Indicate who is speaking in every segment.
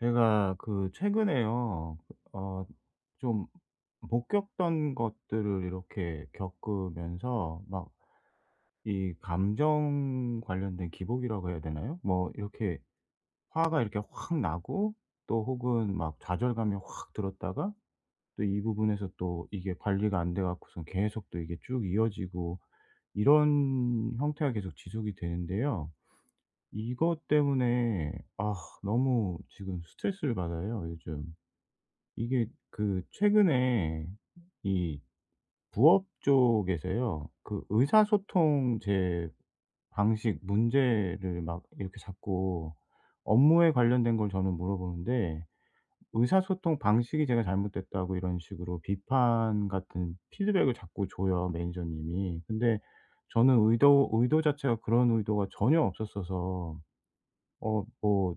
Speaker 1: 제가 그 최근에요. 어 좀 못 겪던 것들을 이렇게 겪으면서 막 이 감정 관련된 기복이라고 해야 되나요? 뭐 이렇게 화가 이렇게 확 나고, 또 혹은 막 좌절감이 확 들었다가, 또 이 부분에서 또 이게 관리가 안 돼 갖고선 계속 또 이게 쭉 이어지고, 이런 형태가 계속 지속이 되는데요. 이것 때문에 아 너무 지금 스트레스를 받아요, 요즘. 이게 그 최근에 이 부업 쪽에서요. 그 의사소통 제 방식 문제를 막 이렇게 자꾸, 업무에 관련된 걸 저는 물어보는데 의사소통 방식이 제가 잘못됐다고 이런 식으로 비판 같은 피드백을 자꾸 줘요, 매니저님이. 근데 저는 의도 자체가, 그런 의도가 전혀 없었어서 어뭐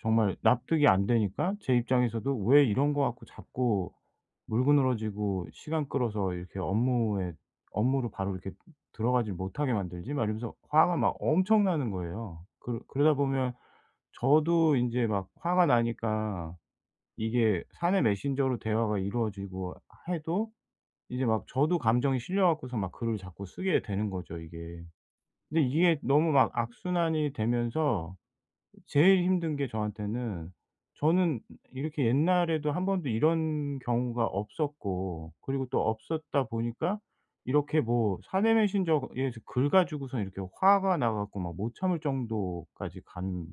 Speaker 1: 정말 납득이 안 되니까, 제 입장에서도 '왜 이런 거 갖고 자꾸 물그늘어지고 시간 끌어서 이렇게 업무에 업무로 바로 이렇게 들어가지 못하게 만들지?' 막 이러면서 화가 막 엄청 나는 거예요. 그러다 보면 저도 인제 막 화가 나니까, 이게 사내 메신저로 대화가 이루어지고 해도 이제 막 저도 감정이 실려 갖고서 막 글을 자꾸 쓰게 되는 거죠 이게. 근데 이게 너무 막 악순환이 되면서, 제일 힘든 게 저한테는, 저는 이렇게 옛날에도 한 번도 이런 경우가 없었고, 그리고 또 없었다 보니까 이렇게 뭐 사내 메신저에서 글 가지고선 이렇게 화가 나 갖고 막 못 참을 정도까지 간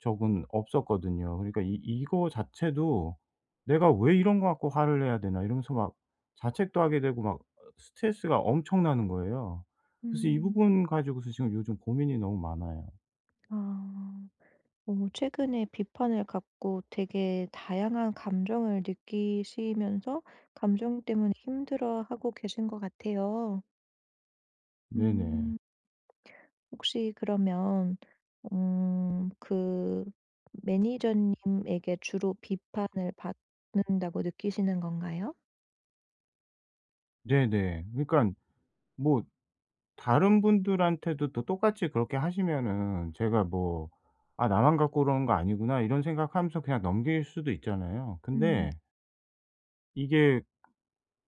Speaker 1: 적은 없었거든요. 그러니까 이 이거 자체도 '내가 왜 이런 거 갖고 화를 내야 되나.' 이러면서 막 자책도 하게 되고 막 스트레스가 엄청나는 거예요. 그래서 이
Speaker 2: 음.
Speaker 1: 부분 가지고서 지금 요즘 고민이 너무 많아요.
Speaker 2: 아. 최근에 비판을 갖고 되게 다양한 감정을 느끼시면서 감정 때문에 힘들어하고 계신 것 같아요.
Speaker 1: 네네.
Speaker 2: 음. 혹시 그러면 음 그 매니저님에게 주로 비판을 받는다고 느끼시는 건가요?
Speaker 1: 네네. 그러니까 뭐 다른 분들한테도 또 똑같이 그렇게 하시면은 제가 뭐 '아 나만 갖고 그러는 거 아니구나.' 이런 생각하면서 그냥 넘길 수도 있잖아요.
Speaker 2: 음.
Speaker 1: 근데 이게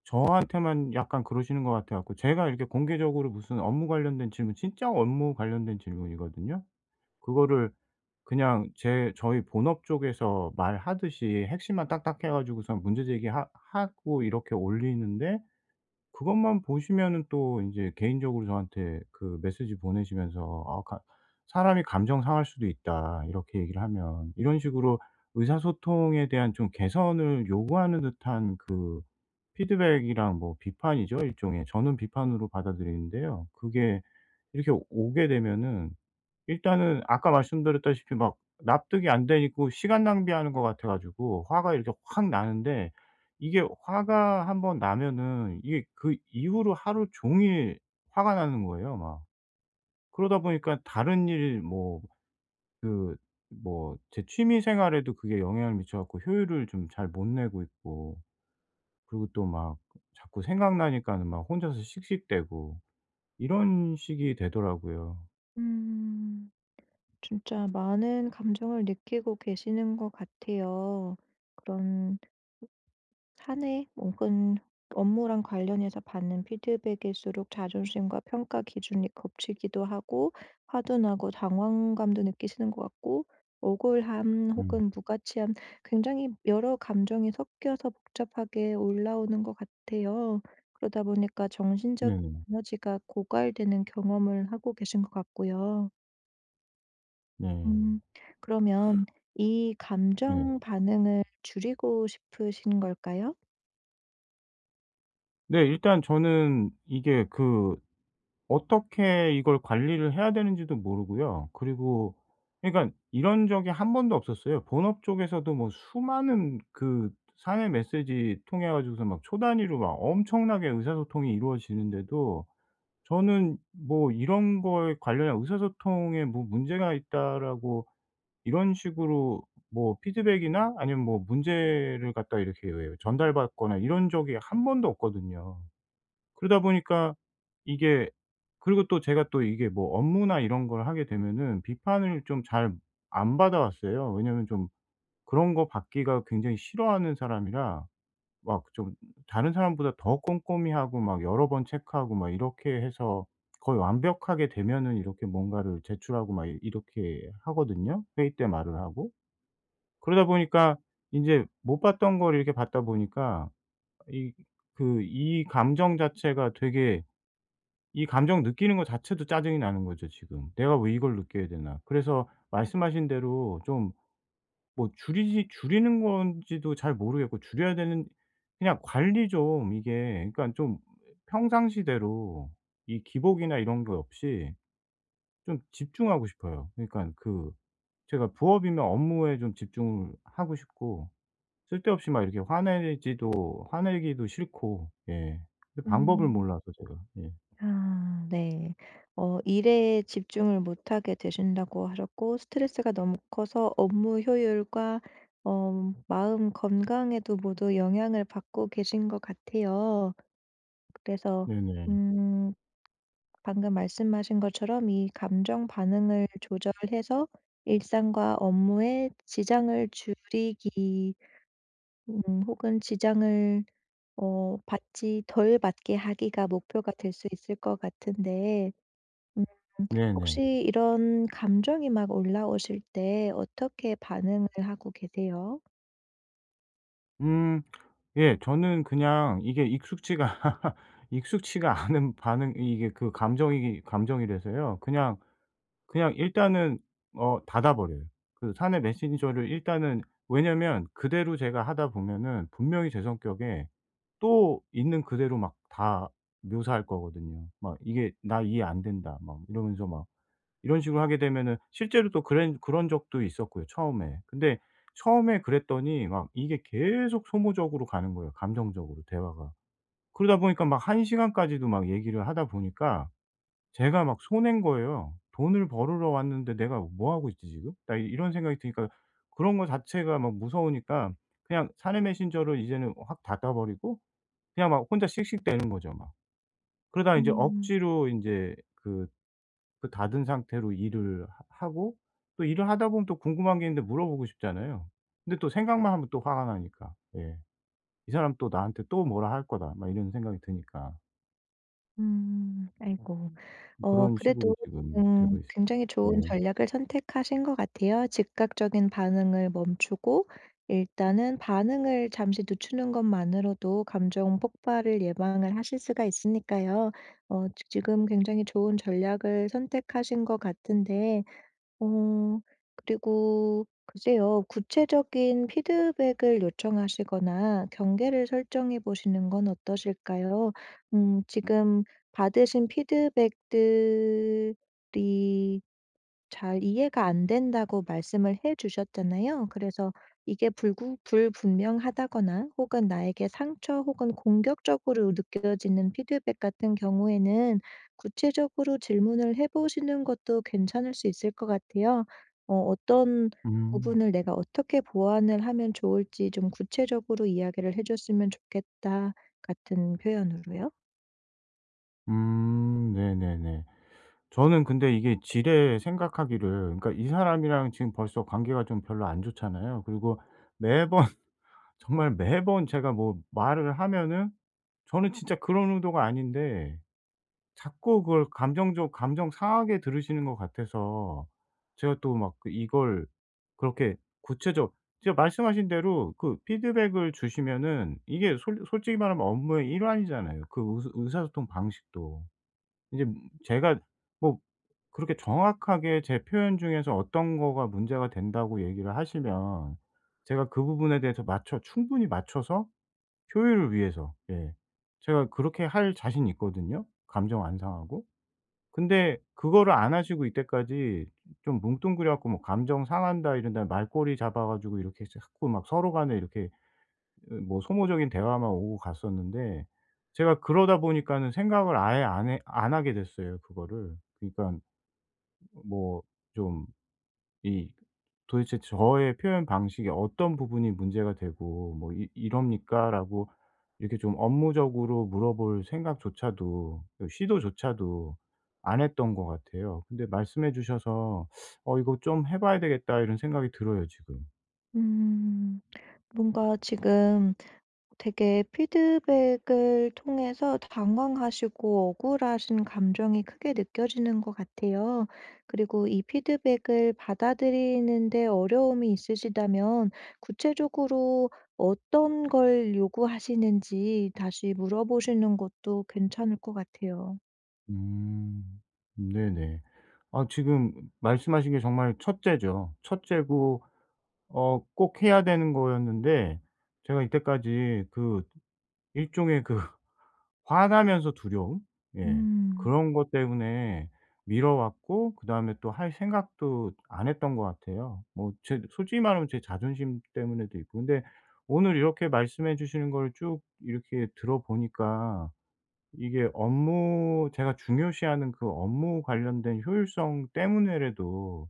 Speaker 1: 저한테만 약간 그러시는 것 같아 갖고, 제가 이렇게 공개적으로 무슨 업무 관련된 질문, 진짜 업무 관련된 질문이거든요. 그거를 그냥 제 저희 본업 쪽에서 말하듯이 핵심만 딱딱 해 가지고선 문제 제기하 하고 이렇게 올리는데, 그것만 보시면은 또 이제 개인적으로 저한테 그 메시지 보내시면서 아 가 "사람이 감정 상할 수도 있다." 이렇게 얘기를 하면, 이런 식으로 의사소통에 대한 좀 개선을 요구하는 듯한 그 피드백이랑, 뭐 비판이죠 일종의. 저는 비판으로 받아들이는데요. 그게 이렇게 오게 되면은 일단은 아까 말씀드렸다시피 막 납득이 안 되고, 시간 낭비하는 것 같아 가지고 화가 이렇게 확 나는데, 이게 화가 한번 나면은 이게 그 이후로 하루 종일 화가 나는 거예요 막. 그러다 보니까 다른 일 뭐 그 뭐 제 취미 생활에도 그게 영향을 미쳐 갖고 효율을 좀 잘 못 내고 있고, 그리고 또 막 자꾸 생각나니까는 막 혼자서 씩씩대고 이런 식이 되더라고요.
Speaker 2: 음. 진짜 많은 감정을 느끼고 계시는 것 같아요. 그런 한 해 혹은 업무랑 관련해서 받는 피드백일수록 자존심과 평가 기준이 겹치기도 하고 화도 나고 당황감도 느끼시는 것 같고, 억울함
Speaker 1: 음.
Speaker 2: 혹은 무가치함, 굉장히 여러 감정이 섞여서 복잡하게 올라오는 것 같아요. 그러다 보니까 정신적
Speaker 1: 네네.
Speaker 2: 에너지가 고갈되는 경험을 하고 계신 것 같고요.
Speaker 1: 네.
Speaker 2: 음, 그러면 이
Speaker 1: 네.
Speaker 2: 감정 반응을 줄이고 싶으신 걸까요?
Speaker 1: 네. 일단 저는 이게 그 어떻게 이걸 관리를 해야 되는지도 모르고요. 그리고 그러니까 이런 적이 한 번도 없었어요. 본업 쪽에서도 뭐 수많은 그 사내 메시지 통해 가지고서 막 초 단위로 막 엄청나게 의사소통이 이루어지는데도 저는 뭐 이런 거에 관련한 "의사소통에 뭐 문제가 있다."라고 이런 식으로 뭐 피드백이나 아니면 뭐 문제를 갖다 이렇게 왜 전달받거나 이런 적이 한 번도 없거든요. 그러다 보니까 이게, 그리고 또 제가 또 이게 뭐 업무나 이런 걸 하게 되면은 비판을 좀 잘 안 받아왔어요. 왜냐면 좀 그런 거 받기가 굉장히 싫어하는 사람이라, 막 좀 다른 사람보다 더 꼼꼼히 하고 막 여러 번 체크하고 막 이렇게 해서 거의 완벽하게 되면은 이렇게 뭔가를 제출하고 막 이렇게 하거든요, 회의 때 말을 하고. 그러다 보니까 인제 못 봤던 걸 이렇게 받다 보니까 이 그 이 감정 자체가 되게, 이 감정 느끼는 거 자체도 짜증이 나는 거죠 지금. '내가 왜 이걸 느껴야 되나.' 그래서 말씀하신 대로 좀 뭐 줄이지 줄이는 건지도 잘 모르겠고, 줄여야 되는, 그냥 관리 좀 이게 그러니까 좀 평상시대로 이 기복이나 이런 거 없이 좀 집중하고 싶어요. 그러니까 그 제가 부업이면 업무에 좀 집중을 하고 싶고, 쓸데없이 막 이렇게 화내지도 화내기도 싫고 예. 근데 방법을
Speaker 2: 음.
Speaker 1: 몰라서 제가. 예.
Speaker 2: 아, 네. 일에 집중을 못하게 되신다고 하셨고 스트레스가 너무 커서 업무 효율과 마음 건강에도 모두 영향을 받고 계신 것 같아요. 그래서
Speaker 1: 네네.
Speaker 2: 음 방금 말씀하신 것처럼 이 감정 반응을 조절해서 일상과 업무에 지장을 줄이기, 혹은 지장을 받지 덜 받게 하기가 목표가 될 수 있을 것 같은데,
Speaker 1: 네네.
Speaker 2: 혹시 이런 감정이 막 올라오실 때 어떻게 반응을 하고 계세요?
Speaker 1: 음. 예. 저는 그냥 이게 익숙지가 익숙치가 않은 반응, 이게 그 감정이라서요. 그냥 일단은 닫아 버려요. 그 사내 메신저를 일단은. 왜냐면 그대로 제가 하다 보면은 분명히 제 성격에 또 있는 그대로 막 다 묘사할 거거든요. 막 "이게 나 이해 안 된다." 막 이러면서 막 이런 식으로 하게 되면은 실제로 또 그런 적도 있었고요 처음에. 근데 처음에 그랬더니 막 이게 계속 소모적으로 가는 거예요 감정적으로 대화가. 그러다 보니까 막 한 시간까지도 막 얘기를 하다 보니까 제가 막 손해인 거예요. '돈을 벌으러 왔는데 내가 뭐 하고 있지 지금?' 딱 이런 생각이 드니까, 그런 거 자체가 막 무서우니까 그냥 사내 메신저를 이제는 확 닫아 버리고 그냥 막 혼자 씩씩대는 거죠 막. 그러다가 인제
Speaker 2: 음.
Speaker 1: 억지로 인제 그 닫은 상태로 일을 하 하고, 또 일을 하다 보면 또 궁금한 게 있는데 물어보고 싶잖아요. 근데 또 생각만 하면 또 화가 나니까. 예. '이 사람 또 나한테 또 뭐라 할 거다.' 막 이런 생각이 드니까.
Speaker 2: 음. 아이고.
Speaker 1: 그런 식으로
Speaker 2: 그래도
Speaker 1: 지금
Speaker 2: 지금
Speaker 1: 되고 있어요.
Speaker 2: 굉장히 좋은
Speaker 1: 예.
Speaker 2: 전략을 선택하신 것 같아요. 즉각적인 반응을 멈추고 일단은 반응을 잠시 늦추는 것만으로도 감정 폭발을 예방을 하실 수가 있으니까요. 어 지 지금 굉장히 좋은 전략을 선택하신 것 같은데, 어 그리고 글쎄요. 구체적인 피드백을 요청하시거나 경계를 설정해 보시는 건 어떠실까요? 지금 받으신 피드백들이 잘 이해가 안 된다고 말씀을 해 주셨잖아요. 그래서 이게 불구 불분명하다거나 혹은 나에게 상처 혹은 공격적으로 느껴지는 피드백 같은 경우에는 구체적으로 질문을 해 보시는 것도 괜찮을 수 있을 것 같아요. 어떤
Speaker 1: 음.
Speaker 2: 부분을 내가 어떻게 보완을 하면 좋을지 좀 구체적으로 이야기를 해 줬으면 좋겠다 같은 표현으로요.
Speaker 1: 음. 네네네. 저는 근데 이게 지레 생각하기를, 그러니까 이 사람이랑 지금 벌써 관계가 좀 별로 안 좋잖아요. 그리고 매번 정말 매번 제가 뭐 말을 하면은 저는 진짜 그런 의도가 아닌데 자꾸 그걸 감정 상하게 들으시는 것 같아서, 제가 또 막 그 이걸 그렇게 구체적 제가 말씀하신 대로 그 피드백을 주시면은 이게 솔 솔직히 말하면 업무의 일환이잖아요. 그 의사소통 방식도. 이제 제가 뭐 그렇게 정확하게 제 표현 중에서 어떤 거가 문제가 된다고 얘기를 하시면 제가 그 부분에 대해서 맞춰 충분히 맞춰서 효율을 위해서, 예, 제가 그렇게 할 자신이 있거든요, 감정 안 상하고. 근데 그거를 안 하시고 이때까지 좀 뭉뚱그려 갖고 뭐 "감정 상한다." 이런다 말꼬리 잡아 가지고 이렇게 자꾸 막 서로 간에 이렇게 으 뭐 소모적인 대화만 오고 갔었는데, 제가 그러다 보니까는 생각을 아예 안 하게 됐어요 그거를. 그러니깐 뭐좀 이 도대체 저의 표현 방식이 어떤 부분이 문제가 되고 뭐 "이 이럽니까?"라고 이렇게 좀 업무적으로 물어볼 생각조차도 그 시도조차도 안 했던 것 같아요. 근데 말씀해 주셔서 '어 이거 좀 해 봐야 되겠다.' 이런 생각이 들어요 지금.
Speaker 2: 음. 뭔가 지금 되게 피드백을 통해서 당황하시고 억울하신 감정이 크게 느껴지는 것 같아요. 그리고 이 피드백을 받아들이는데 어려움이 있으시다면 구체적으로 어떤 걸 요구하시는지 다시 물어보시는 것도 괜찮을 것 같아요.
Speaker 1: 음. 네네. 아 지금 말씀하신 게 정말 첫째죠. 첫째고 꼭 해야 되는 거였는데 제가 이때까지 그 일종의 그 화나면서 두려움? 예.
Speaker 2: 음,
Speaker 1: 그런 것 때문에 미뤄 왔고, 그다음에 또 할 생각도 안 했던 것 같아요. 뭐 제 솔직히 말하면 제 자존심 때문에도 있고. 근데 오늘 이렇게 말씀해 주시는 걸 쭉 이렇게 들어보니까 이게 업무 제가 중요시하는 그 업무 관련된 효율성 때문에라도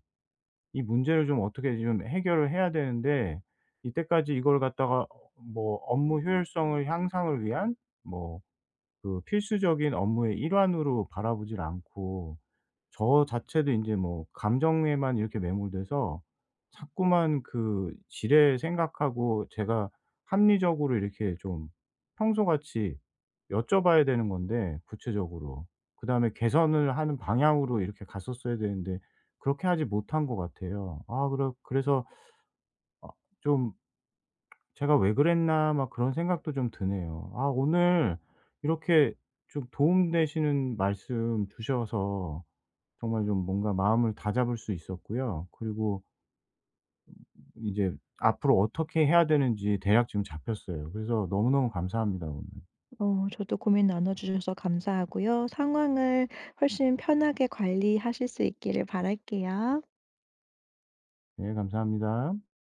Speaker 1: 이 문제를 좀 어떻게 좀 해결을 해야 되는데, 이때까지 이걸 갖다가 뭐 업무 효율성을 향상을 위한 뭐 그 필수적인 업무의 일환으로 바라보질 않고, 저 자체도 인제 뭐 감정에만 이렇게 매몰돼서 자꾸만 그 지레 생각하고, 제가 합리적으로 이렇게 좀 평소같이 여쭤봐야 되는 건데 구체적으로. 그다음에 개선을 하는 방향으로 이렇게 갔었어야 되는데 그렇게 하지 못한 것 같아요. 아 그래서 어좀 제가 '왜 그랬나.' 막 그런 생각도 좀 드네요. 아 오늘 이렇게 좀 도움 되시는 말씀 주셔서 정말 좀 뭔가 마음을 다잡을 수 있었고요. 그리고 이제 앞으로 어떻게 해야 되는지 대략 지금 잡혔어요. 그래서 너무너무 감사합니다 오늘.
Speaker 2: 저도 고민 나눠주셔서 감사하고요. 상황을 훨씬 편하게 관리하실 수 있기를 바랄게요.
Speaker 1: 네 감사합니다.